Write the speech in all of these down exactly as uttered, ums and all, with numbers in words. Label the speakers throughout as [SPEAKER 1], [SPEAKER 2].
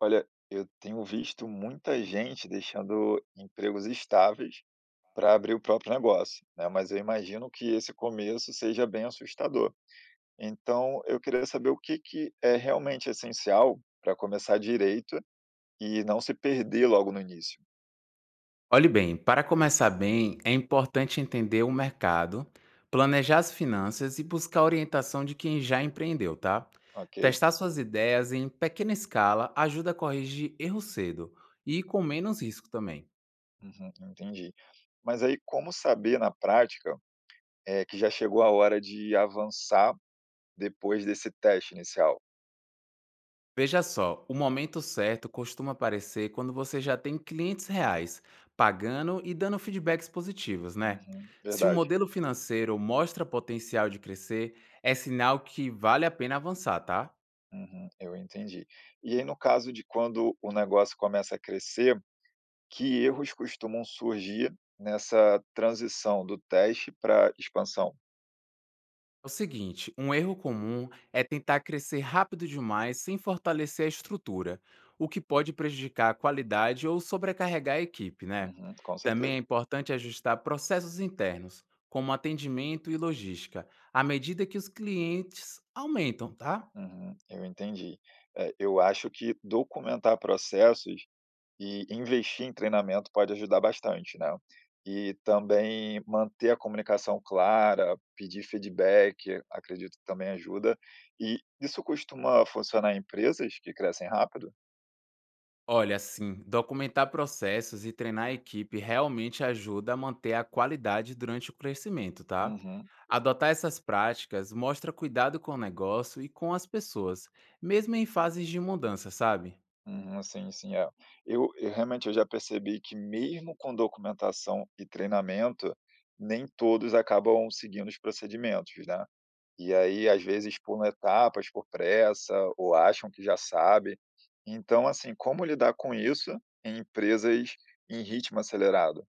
[SPEAKER 1] Olha, eu tenho visto muita gente deixando empregos estáveis para abrir o próprio negócio, né? Mas eu imagino que esse começo seja bem assustador. Então, eu queria saber o que que é realmente essencial para começar direito e não se perder logo no início,
[SPEAKER 2] Olhe bem, para começar bem, é importante entender o mercado, planejar as finanças e buscar a orientação de quem já empreendeu, tá?
[SPEAKER 1] ok?
[SPEAKER 2] Testar suas ideias em pequena escala ajuda a corrigir erros cedo e com menos risco também.
[SPEAKER 1] Uhum, entendi. Mas aí, como saber na prática é, que já chegou a hora de avançar depois desse teste inicial?
[SPEAKER 2] Veja só, o momento certo costuma aparecer quando você já tem clientes reais, pagando e dando feedbacks positivos, né?
[SPEAKER 1] Uhum,
[SPEAKER 2] Se um
[SPEAKER 1] verdade.
[SPEAKER 2] modelo financeiro mostra potencial de crescer, é sinal que vale a pena avançar, tá?
[SPEAKER 1] Uhum, eu entendi. E aí, no caso de quando o negócio começa a crescer, que erros costumam surgir nessa transição do teste para expansão?
[SPEAKER 2] É o seguinte, um erro comum é tentar crescer rápido demais sem fortalecer a estrutura, o que pode prejudicar a qualidade ou sobrecarregar a equipe, né?
[SPEAKER 1] Uhum, com
[SPEAKER 2] Também é
[SPEAKER 1] certeza.
[SPEAKER 2] importante ajustar processos internos, como atendimento e logística, à medida que os clientes aumentam, tá?
[SPEAKER 1] Uhum, eu entendi. É, eu acho que documentar processos e investir em treinamento pode ajudar bastante, né? E também manter a comunicação clara, pedir feedback, acredito que também ajuda. E isso costuma funcionar em empresas que crescem rápido?
[SPEAKER 2] Olha, assim, documentar processos e treinar a equipe realmente ajuda a manter a qualidade durante o crescimento, tá?
[SPEAKER 1] Uhum.
[SPEAKER 2] Adotar essas práticas mostra cuidado com o negócio e com as pessoas, mesmo em fases de mudança, sabe?
[SPEAKER 1] Uhum, sim, sim, é. Eu eu realmente eu já percebi que mesmo com documentação e treinamento, nem todos acabam seguindo os procedimentos, né. E aí, às vezes, pulam etapas por pressa ou acham que já sabe. Então, assim, como lidar com isso em empresas em ritmo acelerado?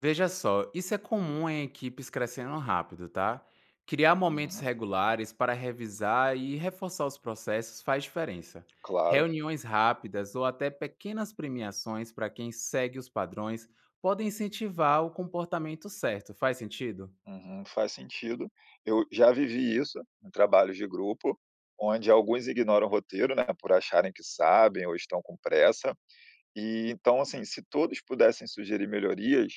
[SPEAKER 2] Veja só, isso é comum em equipes crescendo rápido, tá? Criar momentos
[SPEAKER 1] Uhum,
[SPEAKER 2] regulares para revisar e reforçar os processos faz diferença.
[SPEAKER 1] claro.
[SPEAKER 2] Reuniões rápidas ou até pequenas premiações para quem segue os padrões podem incentivar o comportamento certo. Faz sentido?
[SPEAKER 1] Uhum, faz sentido. Eu já vivi isso em trabalhos de grupo, onde alguns ignoram o roteiro, né, por acharem que sabem ou estão com pressa. E então, assim, se todos pudessem sugerir melhorias,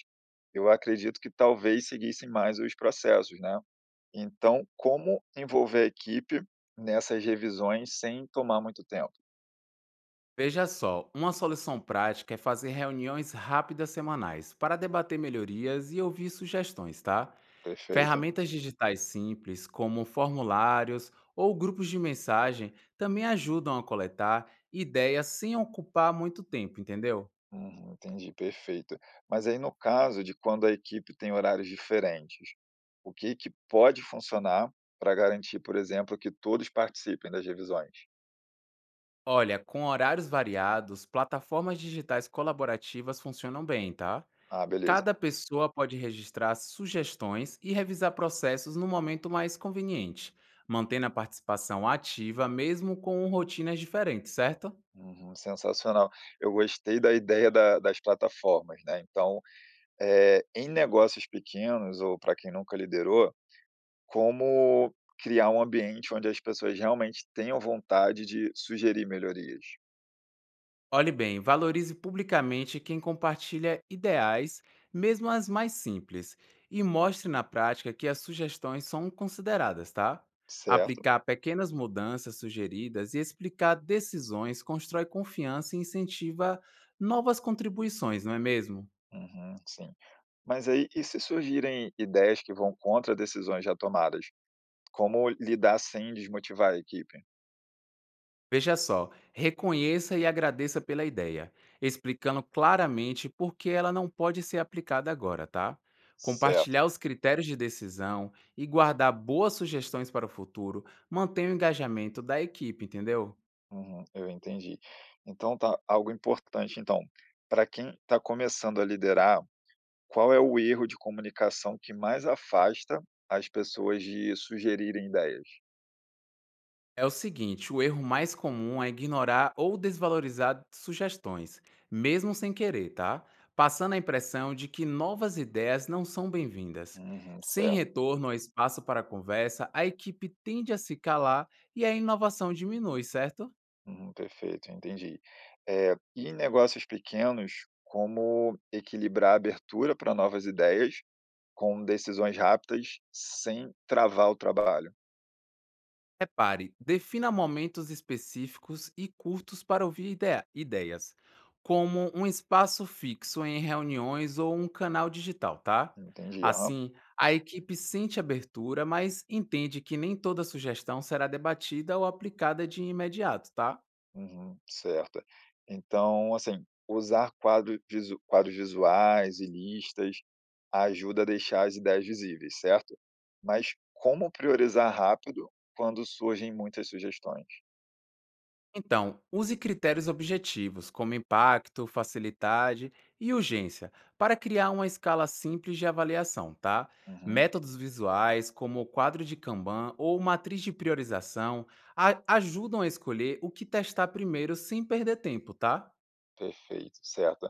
[SPEAKER 1] eu acredito que talvez seguissem mais os processos, né. Então, como envolver a equipe nessas revisões sem tomar muito tempo?
[SPEAKER 2] Veja só, uma solução prática é fazer reuniões rápidas semanais para debater melhorias e ouvir sugestões, tá?
[SPEAKER 1] Perfeito.
[SPEAKER 2] Ferramentas digitais simples, como formulários ou grupos de mensagem, também ajudam a coletar ideias sem ocupar muito tempo, entendeu?
[SPEAKER 1] Uhum, entendi, perfeito. Mas aí, no caso de quando a equipe tem horários diferentes, o que que pode funcionar para garantir, por exemplo, que todos participem das revisões?
[SPEAKER 2] Olha, com horários variados, plataformas digitais colaborativas funcionam bem, tá?
[SPEAKER 1] Ah, beleza.
[SPEAKER 2] Cada pessoa pode registrar sugestões e revisar processos no momento mais conveniente, mantendo a participação ativa mesmo com rotinas diferentes, certo?
[SPEAKER 1] Uhum, sensacional. Eu gostei da ideia da das plataformas, né, então eh, em negócios pequenos ou para quem nunca liderou, como criar um ambiente onde as pessoas realmente tenham vontade de sugerir melhorias,
[SPEAKER 2] Olhe bem, valorize publicamente quem compartilha ideais, mesmo as mais simples, e mostre na prática que as sugestões são consideradas, tá?
[SPEAKER 1] certo?
[SPEAKER 2] Aplicar pequenas mudanças sugeridas e explicar decisões constrói confiança e incentiva novas contribuições, não é mesmo?
[SPEAKER 1] Uhum, sim. Mas aí, e se surgirem ideias que vão contra decisões já tomadas? Como lidar sem desmotivar a equipe?
[SPEAKER 2] Veja só, reconheça e agradeça pela ideia, explicando claramente por que ela não pode ser aplicada agora, tá?
[SPEAKER 1] Certo.
[SPEAKER 2] Compartilhar os critérios de decisão e guardar boas sugestões para o futuro mantém o engajamento da equipe, entendeu?
[SPEAKER 1] Uhum, eu entendi. Então tá, algo importante então, para quem está começando a liderar. Qual é o erro de comunicação que mais afasta as pessoas de sugerirem ideias?
[SPEAKER 2] É o seguinte, o erro mais comum é ignorar ou desvalorizar sugestões, mesmo sem querer, tá? Passando a impressão de que novas ideias não são bem-vindas.
[SPEAKER 1] Uhum,
[SPEAKER 2] Sem
[SPEAKER 1] certo.
[SPEAKER 2] retorno ou espaço para conversa, a equipe tende a se calar e a inovação diminui, certo?
[SPEAKER 1] Uhum, perfeito, entendi. Eh, e em negócios pequenos, como equilibrar a abertura para novas ideias com decisões rápidas sem travar o trabalho?
[SPEAKER 2] Repare, defina momentos específicos e curtos para ouvir idea- ideias, como um espaço fixo em reuniões ou um canal digital, tá?
[SPEAKER 1] Entendi, aham.
[SPEAKER 2] Assim, a equipe sente abertura, mas entende que nem toda sugestão será debatida ou aplicada de imediato, tá?
[SPEAKER 1] Uhum, certo. Então, assim, usar quadro visu quadros visuais e listas ajuda a deixar as ideias visíveis, certo? Mas como priorizar rápido quando surgem muitas sugestões?
[SPEAKER 2] Então, use critérios objetivos, como impacto, facilidade e urgência, para criar uma escala simples de avaliação, tá?
[SPEAKER 1] Uhum,
[SPEAKER 2] Métodos visuais, como o quadro de Kanban ou matriz de priorização, a- ajudam a escolher o que testar primeiro sem perder tempo, tá?
[SPEAKER 1] perfeito, certo.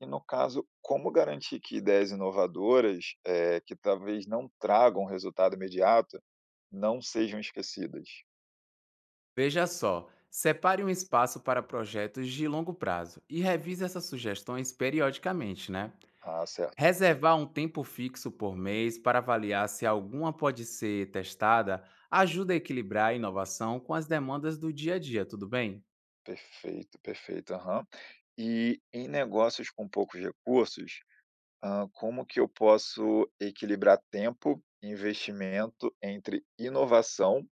[SPEAKER 1] E no caso, como garantir que ideias inovadoras, eh, que talvez não tragam resultado imediato, não sejam esquecidas?
[SPEAKER 2] Veja só, separe um espaço para projetos de longo prazo e revise essas sugestões periodicamente, né?
[SPEAKER 1] Ah, certo.
[SPEAKER 2] Reservar um tempo fixo por mês para avaliar se alguma pode ser testada ajuda a equilibrar a inovação com as demandas do dia a dia, tudo bem?
[SPEAKER 1] Perfeito, perfeito. Aham. E em negócios com poucos recursos, ah, como que eu posso equilibrar tempo e investimento entre inovação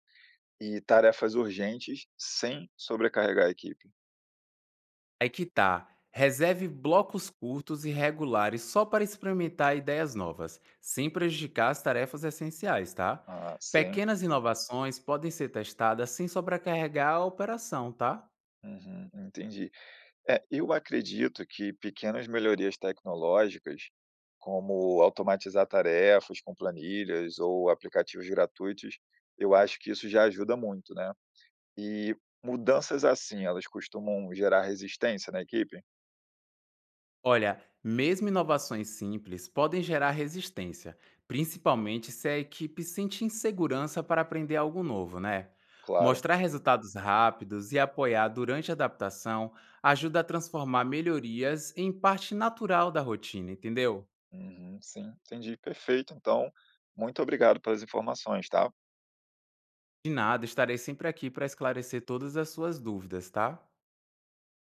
[SPEAKER 1] e tarefas urgentes sem sobrecarregar a equipe?
[SPEAKER 2] Aí que tá. Reserve blocos curtos e regulares só para experimentar ideias novas, sem prejudicar as tarefas essenciais, tá?
[SPEAKER 1] Ah, sem
[SPEAKER 2] Pequenas inovações podem ser testadas sem sobrecarregar a operação, tá?
[SPEAKER 1] uhum, entendi. É, eu acredito que pequenas melhorias tecnológicas, como automatizar tarefas com planilhas ou aplicativos gratuitos, eu acho que isso já ajuda muito, né. E mudanças assim, elas costumam gerar resistência na equipe?
[SPEAKER 2] Olha, mesmo inovações simples podem gerar resistência, principalmente se a equipe sente insegurança para aprender algo novo, né?
[SPEAKER 1] Claro.
[SPEAKER 2] Mostrar resultados rápidos e apoiar durante a adaptação ajuda a transformar melhorias em parte natural da rotina, entendeu?
[SPEAKER 1] Uhum, sim, entendi. Perfeito, então, muito obrigado pelas informações, tá?
[SPEAKER 2] De nada, estarei sempre aqui para esclarecer todas as suas dúvidas, tá?